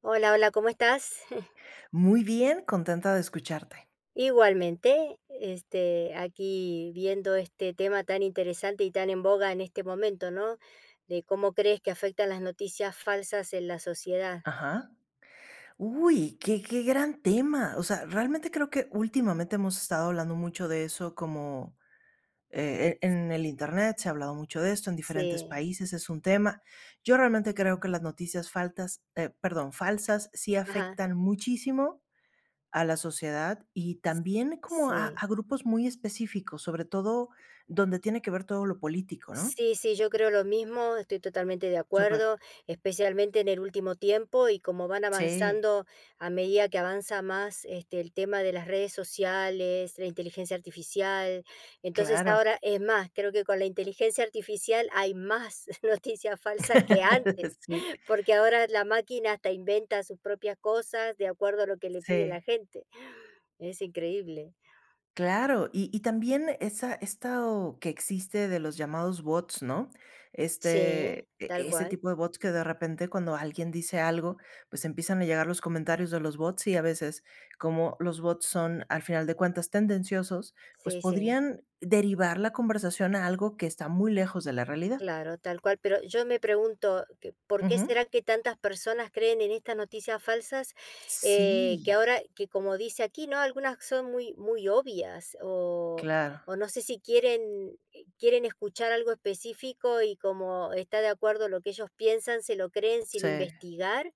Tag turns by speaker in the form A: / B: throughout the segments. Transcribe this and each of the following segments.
A: Hola, hola, ¿cómo estás?
B: Muy bien, contenta de escucharte.
A: Igualmente, aquí viendo este tema tan interesante y tan en boga en este momento, ¿no? De cómo crees que afectan las noticias falsas en la sociedad.
B: Ajá. Uy, qué gran tema. O sea, realmente creo que últimamente hemos estado hablando mucho de eso, como, en el Internet se ha hablado mucho de esto, en diferentes
A: Sí,
B: países es un tema. Yo realmente creo
A: em,
B: que las noticias faltas, perdón, falsas sí
A: ajá,
B: afectan muchísimo a la sociedad y también como a
A: sí.
B: a grupos muy específicos, sobre todo donde tiene que ver todo lo político, ¿no?
A: Sí, sí, yo creo lo mismo, estoy totalmente de
B: Súper.
A: acuerdo, especialmente en el último tiempo y como van
B: Sí,
A: avanzando a medida que avanza más el tema de las redes sociales, la inteligencia artificial. Entonces
B: claro.
A: ahora es más, creo que con la inteligencia artificial hay más noticias falsas que antes,
B: Sí.
A: porque ahora la máquina hasta inventa sus propias cosas de acuerdo a lo que le pide la
B: Sí,
A: gente. Es increíble.
B: claro. Y también esa, esto que existe de los llamados bots, ¿no?
A: Sí,
B: Este,
A: tal
B: ese
A: cual.
B: tipo de bots que de repente cuando alguien dice algo, pues empiezan a llegar los comentarios de los bots y a veces como los bots son al final de cuentas tendenciosos, pues
A: Sí, sí.
B: podrían derivar la conversación a algo que está muy lejos de la realidad.
A: Claro, tal cual, pero yo me pregunto, que, ¿por qué
B: Ujú.
A: será que tantas personas creen en estas noticias falsas? Que
B: Sí,
A: ahora, que como dice aquí, ¿no? Algunas son muy, muy obvias
B: claro.
A: o no sé si quieren, quieren escuchar algo específico y como está de acuerdo lo que ellos piensan, se lo creen sin
B: Sí.
A: investigar.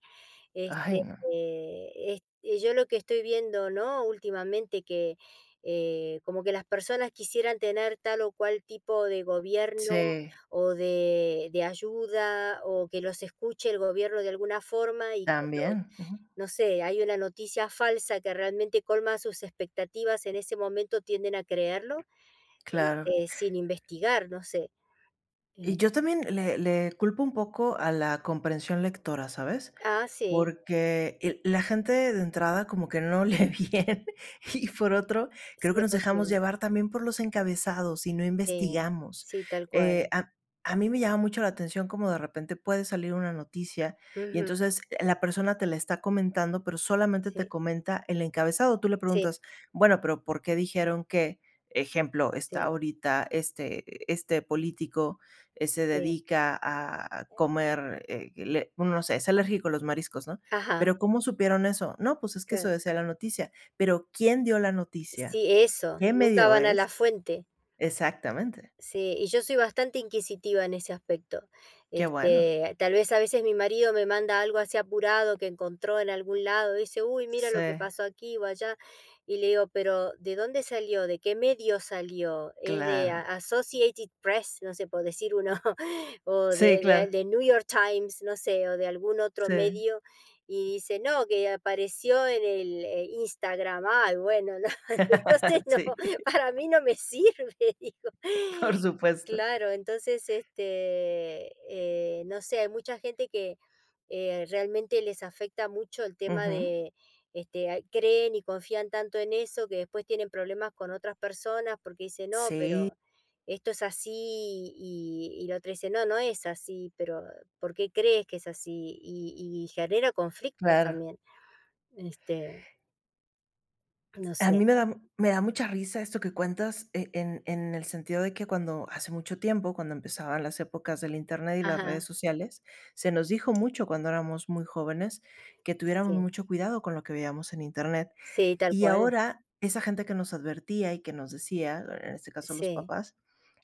A: Este,
B: Ay, no.
A: yo lo que estoy viendo, ¿no? Últimamente que como que las personas quisieran tener tal o cual tipo de gobierno
B: Sí,
A: o de ayuda, o que los escuche el gobierno de alguna forma y cuando,
B: también. Ujú.
A: no sé, hay una noticia falsa que realmente colma sus expectativas, en ese momento tienden a creerlo,
B: Claro.
A: sin investigar, no sé. Eh,
B: Y yo también le culpo un poco a la comprensión lectora, ¿sabes?
A: sí,
B: Porque el la gente de entrada como que no lee bien y por otro, creo
A: sí
B: que
A: es
B: nos dejamos
A: posible.
B: llevar también por los encabezados y no
A: Sí,
B: investigamos.
A: sí, tal
B: Eh,
A: cual.
B: a a mí me llama mucho la atención como de repente puede salir una noticia y
A: Ujú.
B: entonces la persona te la está comentando, pero solamente te
A: Sí,
B: comenta el encabezado. Tú le
A: sí,
B: preguntas: "Bueno, pero, ¿por qué dijeron que, ejemplo, está
A: sí,
B: ahorita este político se
A: sí.
B: dedica a comer, bueno, no sé, es alérgico a los mariscos, ¿no?
A: Ajá,
B: Pero ¿cómo supieron eso? No, pues es que eso
A: claro.
B: decía la noticia. Pero ¿quién dio la noticia?
A: Sí, eso,
B: ¿Qué
A: nunca
B: medio
A: van a la
B: es?
A: fuente.
B: Exactamente.
A: Sí, y yo soy bastante inquisitiva en ese aspecto.
B: Qué bueno.
A: Tal vez a veces mi marido me manda algo así apurado que encontró en algún lado, dice, uy, mira
B: Sí,
A: lo que pasó aquí o allá, y le digo, pero ¿de dónde salió? ¿De qué medio salió? ¿Es de
B: claro.
A: Associated Press, no sé, por decir uno, o
B: Sí,
A: de, de-
B: claro.
A: de New York Times, no sé, o de algún otro
B: Sí.
A: medio? Y dice, no, que apareció en el Instagram. Ay, bueno, no, entonces no,
B: Sí,
A: para mí no me sirve, digo.
B: por supuesto.
A: Claro, entonces, no sé, hay mucha gente que realmente les afecta mucho el tema
B: Ujú.
A: de, creen y confían tanto en eso que después tienen problemas con otras personas porque dicen, no,
B: Sí,
A: pero esto es así, y la otra dice, no, no es así, pero ¿por qué crees que es así? Y genera conflictos
B: claro.
A: también, este, no
B: A
A: sé,
B: mí me da mucha risa esto que cuentas, en el sentido de que cuando hace mucho tiempo, cuando empezaban las épocas del Internet y las redes
A: ajá,
B: sociales, se nos dijo mucho cuando éramos muy jóvenes que tuviéramos
A: sí,
B: mucho cuidado con lo que veíamos en Internet.
A: sí, tal
B: Y
A: cual.
B: ahora, esa gente que nos advertía y que nos decía, en este caso los
A: Sí,
B: papás,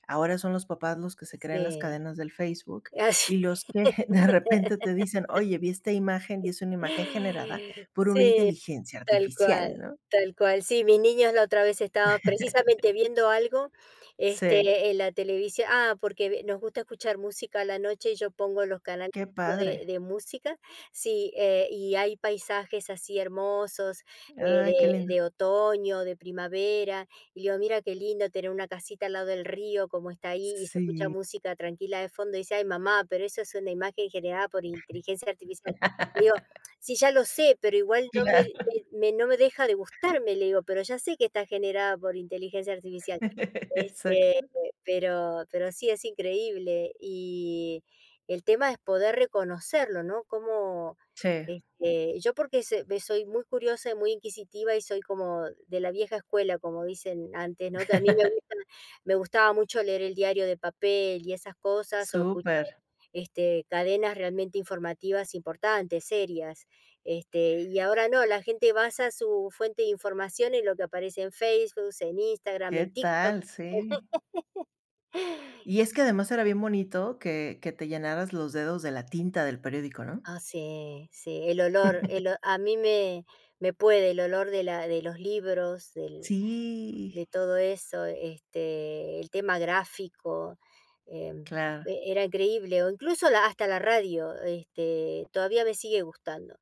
B: ahora son los papás los que se creen las
A: sí,
B: cadenas del Facebook
A: así.
B: y los que de repente te dicen: "Oye, vi esta imagen y es una imagen generada por una
A: Sí,
B: inteligencia
A: tal
B: artificial",
A: cual,
B: ¿no?
A: tal cual. Sí, mis niños la otra vez estaban precisamente viendo algo,
B: Sí,
A: en la televisión. Ah, porque nos gusta escuchar música a la noche y yo pongo los canales
B: qué
A: de,
B: padre.
A: de música. Sí, y hay paisajes así hermosos, eh,
B: Ay, qué
A: de,
B: lindo.
A: de otoño, de primavera. Y le digo, mira qué lindo tener una casita al lado del río, como está ahí, y se escucha
B: Sí,
A: música tranquila de fondo. Y dice, ay, mamá, pero eso es una imagen generada por inteligencia artificial. Sí, ya lo sé, pero igual no me
B: claro.
A: me me no me deja de gustarme, le digo, pero ya sé que está generada por inteligencia artificial. Este,
B: Exacto.
A: pero sí, es increíble. Y el tema es poder reconocerlo, ¿no? Como,
B: Sí,
A: yo porque se me soy muy curiosa y muy inquisitiva y soy como de la vieja escuela, como dicen antes, ¿no? Que a mí me gustaba mucho leer el diario de papel y esas cosas, o escuchar,
B: súper.
A: cadenas realmente informativas importantes, serias. Y ahora no, la gente basa su fuente de información en lo que aparece en Facebook, en Instagram,
B: ¿Qué
A: en TikTok.
B: tal? Sí. Y es que además era bien bonito que te llenaras los dedos de la tinta del periódico, ¿no?
A: Ah, sí, sí, el olor, el o a mí me puede el olor de la de los libros, del
B: Sí,
A: de todo eso, el tema gráfico, em,
B: claro,
A: era increíble, o incluso hasta la radio, todavía me sigue gustando.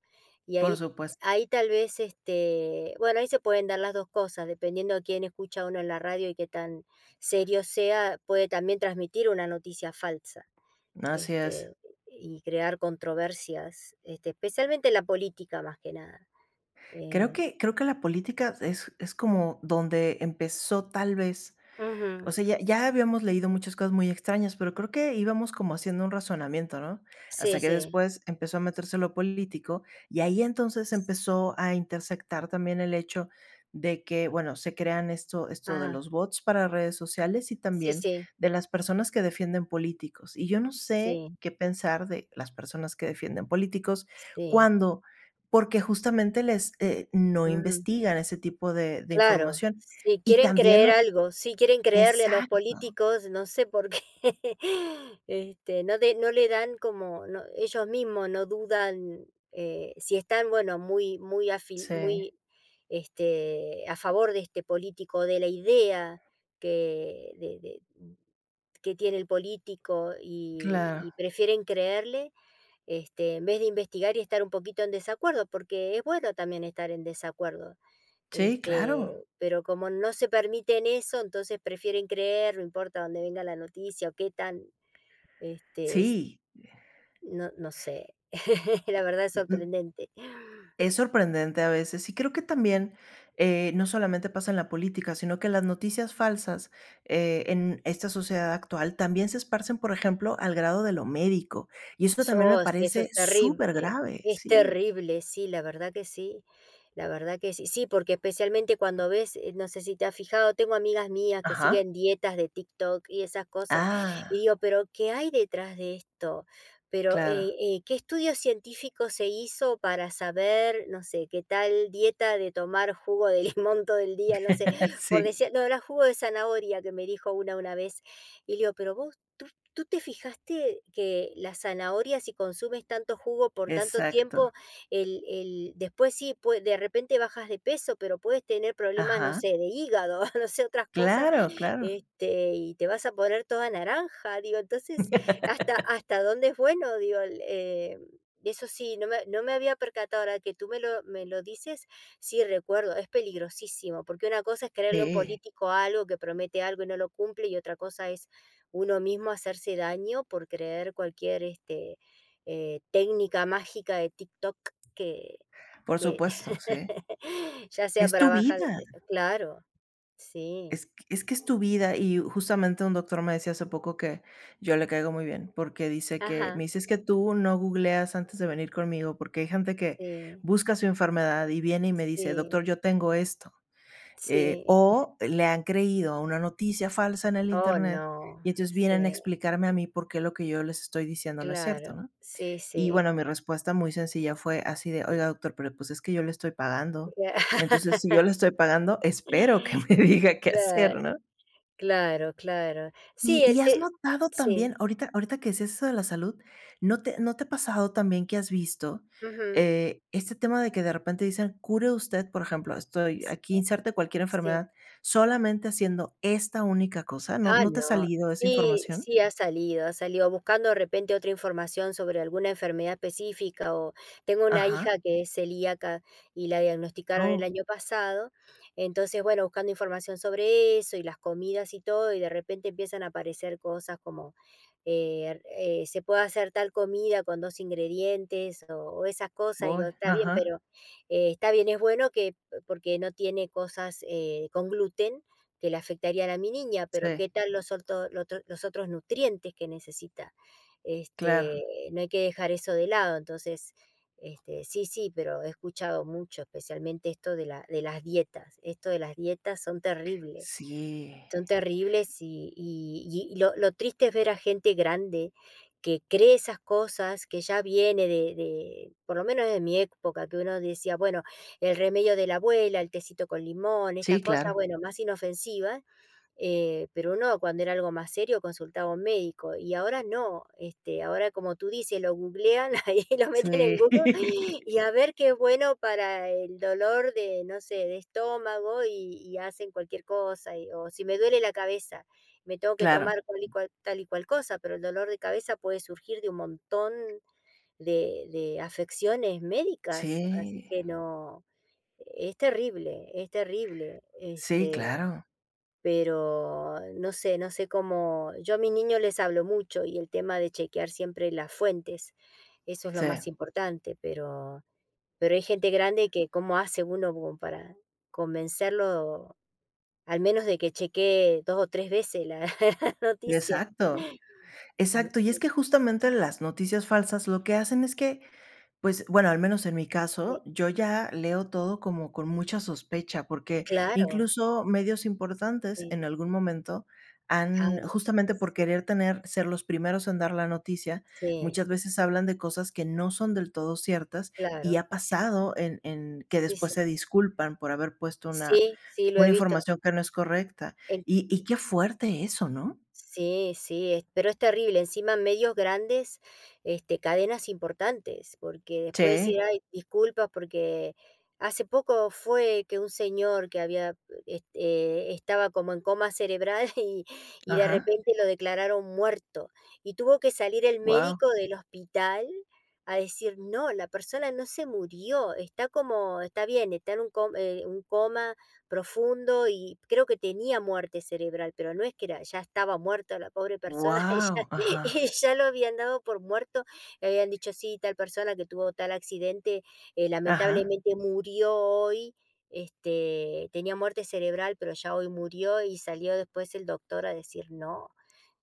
A: Y
B: por
A: ahí,
B: supuesto.
A: ahí tal vez, bueno, ahí se pueden dar las dos cosas, dependiendo de quién escucha uno en la radio y qué tan serio sea, puede también transmitir una noticia falsa,
B: Así es.
A: este, y crear controversias, especialmente en la política más que nada. Eh,
B: Creo que la política es como donde empezó, tal vez.
A: Ujú.
B: O sea, ya habíamos leído muchas cosas muy extrañas, pero creo que íbamos como haciendo un razonamiento, ¿no? Hasta
A: Sí,
B: que
A: sí.
B: después empezó a meterse lo político, y ahí entonces
A: s-
B: empezó a intersectar también el hecho de que, bueno, se crean esto de
A: Ajá.
B: los bots para redes sociales y
A: Sí,
B: también
A: sí.
B: de las personas que defienden políticos. Y yo no sé
A: Sí,
B: qué pensar de las personas que defienden políticos
A: sí.
B: cuando porque justamente les, no
A: Ujú.
B: investigan ese tipo de
A: Claro,
B: información.
A: si
B: Y
A: quieren
B: también
A: creer algo, si quieren creerle a los
B: Exacto.
A: políticos, no sé por qué, no, de no le dan, como no, ellos mismos no dudan, si están, bueno, muy muy
B: Sí,
A: a favor de este político, de la idea que de que tiene el político y
B: claro.
A: prefieren creerle, en vez de investigar y estar un poquito en desacuerdo, porque es bueno también estar en desacuerdo.
B: Sí, claro.
A: Pero como no se permiten eso, entonces prefieren creer, no importa dónde venga la noticia o qué tan, este, s-
B: Sí,
A: no, no sé, la verdad es
B: mm, mm,
A: sorprendente.
B: es sorprendente a veces. Y creo que también, no solamente pasa en la política, sino que las noticias falsas, en esta sociedad actual también se esparcen, por ejemplo, al grado de lo médico. Y eso también me
A: Oh, sí, eso es
B: parece
A: terrible.
B: súper grave.
A: Es
B: Sí.
A: terrible, sí, la verdad que sí. La verdad que sí. Sí, porque especialmente cuando ves, no sé si te has fijado, tengo amigas mías que
B: Ajá.
A: siguen dietas de TikTok y esas cosas.
B: Ah,
A: Y digo, pero ¿qué hay detrás de esto? Pero
B: claro.
A: ¿qué estudio científico se hizo para saber, no sé, qué tal dieta de tomar jugo de limón todo el día? No sé, por
B: Sí,
A: decir, no, era jugo de zanahoria que me dijo una vez. Y le digo, pero vos... ¿Tú te fijaste que las zanahorias si consumes tanto jugo por tanto
B: exacto.
A: tiempo, el después sí, pue de repente bajas de peso, pero puedes tener problemas, no
B: Ajá.
A: sé, de hígado, no sé, otras cosas,
B: Claro, claro.
A: y te vas a poner toda naranja? Digo, entonces, ¿hasta dónde es bueno? Digo, eso sí, no me había percatado, ahora que tú me lo dices, sí recuerdo, es peligrosísimo, porque una cosa es creerle a un
B: Sí,
A: político algo que promete algo y no lo cumple, y otra cosa es uno mismo hacerse daño por creer cualquier técnica mágica de TikTok que,
B: por
A: que
B: supuesto, sí.
A: ya sea
B: Es
A: para
B: tu
A: bajar de
B: vida.
A: peso. Claro, sí.
B: Es que es tu vida, y justamente un doctor me decía hace poco que yo le caigo muy bien, porque dice que
A: Ajá,
B: me dice: "Es que tú no googleas antes de venir conmigo", porque hay gente que
A: sí,
B: busca su enfermedad y viene y me dice:
A: sí,
B: "Doctor, yo tengo esto",
A: sí.
B: o le han creído a una noticia falsa en el
A: Oh,
B: Internet,
A: no.
B: y entonces vienen a
A: Sí,
B: explicarme a mí por qué lo que yo les estoy diciendo no es cierto,
A: claro.
B: ¿no?
A: Sí,
B: Y
A: sí.
B: bueno, mi respuesta muy sencilla fue así de: "Oiga, doctor, pero pues es que yo le estoy pagando".
A: Ya.
B: Entonces, si yo le estoy pagando, espero que me diga qué hacer,
A: Claro,
B: ¿no?
A: claro, claro. Sí,
B: Y
A: el
B: y, ¿has
A: te
B: notado
A: sí.
B: también? Ahorita que decías eso de la salud, ¿no te no te ha pasado también que has visto,
A: Ujú.
B: este tema de que de repente dicen: "Cure usted", por ejemplo, estoy
A: s-
B: aquí inserte cualquier
A: sí.
B: enfermedad, solamente haciendo esta única cosa, ¿no
A: Ah,
B: te
A: no.
B: ha salido esa
A: Sí,
B: información?
A: sí ha salido buscando de repente otra información sobre alguna enfermedad específica o tengo una hija
B: Ajá.
A: que es celíaca y la diagnosticaron el
B: Oh,
A: año pasado, entonces, bueno, buscando información sobre eso y las comidas y todo, y de repente empiezan a aparecer cosas como se puede hacer tal comida con dos ingredientes o esas cosas, digo,
B: voy.
A: está bien,
B: Ajá.
A: pero está bien, es bueno que porque no tiene cosas con gluten que le afectarían a mi niña, pero ¿qué
B: Sí,
A: tal los otros nutrientes que necesita?
B: claro.
A: Este, no hay que dejar eso de lado. Entonces, sí, sí, pero he escuchado mucho, especialmente esto de, de las dietas. Esto de las dietas son terribles.
B: Sí.
A: Son terribles y lo triste es ver a gente grande que cree esas cosas, que ya viene de, por lo menos de mi época, que uno decía, bueno, el remedio de la abuela, el tecito con limón, estas
B: Sí,
A: cosas,
B: claro.
A: bueno, más inofensivas, pero uno cuando era algo más serio consultaba a un médico y ahora no, ahora como tú dices, lo googlean, ahí lo meten en
B: Sí.
A: Google y a ver qué es bueno para el dolor de, no sé, de estómago y hacen cualquier cosa, o si me duele la cabeza, me tengo que
B: Claro.
A: tomar tal y cual cosa, pero el dolor de cabeza puede surgir de un montón de afecciones médicas, así
B: Sí.
A: que no, es terrible, es terrible.
B: Sí, claro.
A: Pero no sé, no sé cómo yo a mis niños les hablo mucho y el tema de chequear siempre las fuentes, eso es lo
B: Sí.
A: más importante, pero hay gente grande que cómo hace uno como para convencerlo, al menos de que chequee 2 o 3 veces la la noticia.
B: Exacto.
A: Mm,
B: Exacto, y es que justamente las noticias falsas lo que hacen es que, pues, bueno, al menos en mi
A: eh,
B: caso, yo ya leo todo como con mucha sospecha, porque
A: claro,
B: incluso medios importantes
A: sí,
B: en algún momento
A: ay,
B: han, justamente por
A: sí,
B: querer tener, ser los primeros en dar la noticia,
A: sí,
B: muchas veces hablan de cosas que no son del todo ciertas y
A: claro,
B: ha pasado en que
A: sí,
B: después
A: sí.
B: se disculpan por haber puesto
A: Sí, sí, lo he
B: una
A: visto
B: información que no es correcta.
A: en
B: Y qué fuerte eso, ¿no?
A: Sí, sí, es, pero es terrible, encima medios grandes, cadenas importantes, porque después decir:
B: Sí,
A: "Ay, disculpas", porque hace poco fue que un señor que había, estaba como en coma cerebral y de
B: ajá,
A: repente lo declararon muerto, y tuvo que salir el
B: wow.
A: médico del hospital a decir: "No, la persona no se murió, está como está bien, está en un coma profundo y creo que tenía muerte cerebral, pero no es que era, ya estaba muerta la pobre persona, y ya,
B: Wow,
A: y
B: ajá,
A: ya lo habían dado por muerto, le habían dicho, sí, tal persona que tuvo tal accidente,
B: ajá,
A: lamentablemente murió hoy, tenía muerte cerebral, pero ya hoy murió y salió después el doctor a decir no.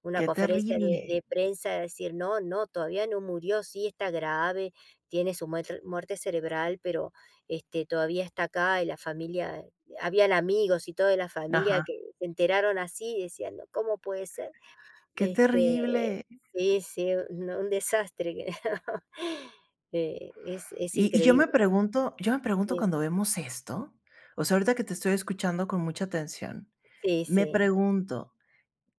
A: Una
B: qué
A: conferencia
B: terrible,
A: de prensa, decir: "No, no, todavía no murió, sí está grave, tiene su muerte cerebral, pero, todavía está acá", y la familia habían amigos y toda la familia
B: ajá,
A: que se enteraron así y decían: "No, ¿cómo puede ser?".
B: qué
A: Este,
B: terrible.
A: sí, sí, no, un desastre que es
B: Yo
A: increíble.
B: me pregunto
A: Sí,
B: cuando vemos esto, o sea, ahorita que te estoy escuchando con mucha atención,
A: sí,
B: me
A: sí,
B: pregunto,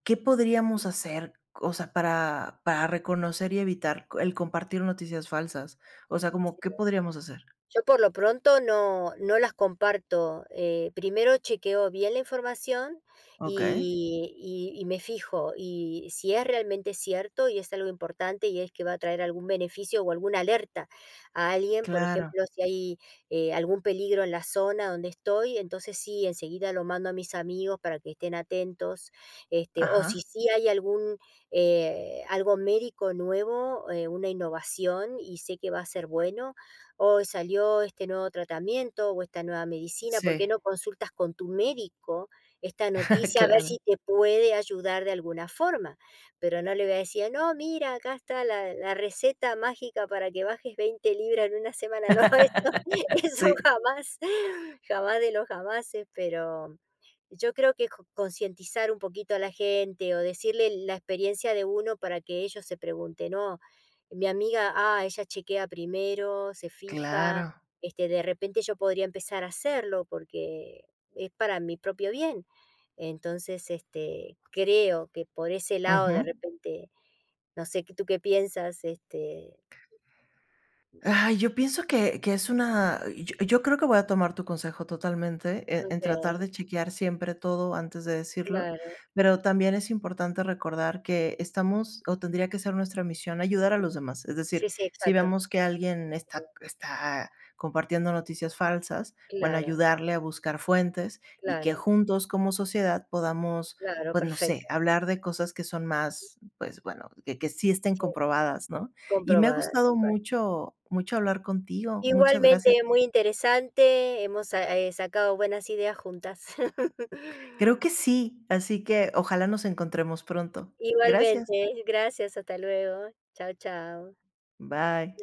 B: ¿qué podríamos hacer, o sea, para reconocer y evitar el compartir noticias falsas? O sea, como,
A: sí.
B: ¿qué podríamos hacer?
A: Yo por lo pronto no las comparto. Primero chequeo bien la información
B: Okey,
A: y y me fijo, y si es realmente cierto y es algo importante y es que va a traer algún beneficio o alguna alerta a alguien, por
B: claro,
A: ejemplo, si hay, algún peligro en la zona donde estoy, entonces sí, enseguida lo mando a mis amigos para que estén atentos, o si
B: ajá,
A: sí hay algún, algo médico nuevo, una innovación y sé que va a ser bueno, hoy salió este nuevo tratamiento o esta nueva medicina, ¿por qué
B: sí,
A: no consultas con tu médico esta noticia a ver si
B: claro,
A: te puede ayudar de alguna forma? Pero no le voy a decir, no, mira, acá está la receta mágica para que bajes 20 libras en una semana. No, eso
B: sí,
A: jamás, jamás de los jamases, pero yo creo que concientizar un poquito a la gente o decirle la experiencia de uno para que ellos se pregunten, ¿no? Mi amiga, ella chequea primero, se fija,
B: claro,
A: de repente yo podría empezar a hacerlo porque es para mi propio bien. Entonces, creo que por ese lado
B: ujú.
A: de repente, no sé, ¿tú qué piensas?
B: Ay, yo pienso que es una yo yo creo que voy a tomar tu consejo totalmente,
A: Ok,
B: en tratar de chequear siempre todo antes de decirlo,
A: claro,
B: pero también es importante recordar que estamos o tendría que ser nuestra misión ayudar a
A: sí,
B: los demás. Es decir,
A: sí, sí,
B: si
A: exacto.
B: vemos que alguien está compartiendo noticias falsas, bueno,
A: Claro,
B: ayudarle a buscar fuentes y que
A: claro,
B: juntos como sociedad podamos,
A: claro,
B: pues, no sé,
A: perfecto.
B: hablar de cosas que son más, pues, bueno, que sí estén
A: Sí.
B: comprobadas, ¿no? Y me ha
A: Comprobada, tal
B: gustado
A: cual.
B: mucho hablar contigo. Muchas
A: Igualmente,
B: gracias.
A: muy interesante, hemos sa sacado buenas ideas juntas.
B: Creo que sí, así que ojalá nos encontremos pronto. Gracias.
A: Igualmente, gracias, hasta luego. Chao, chao.
B: Bye.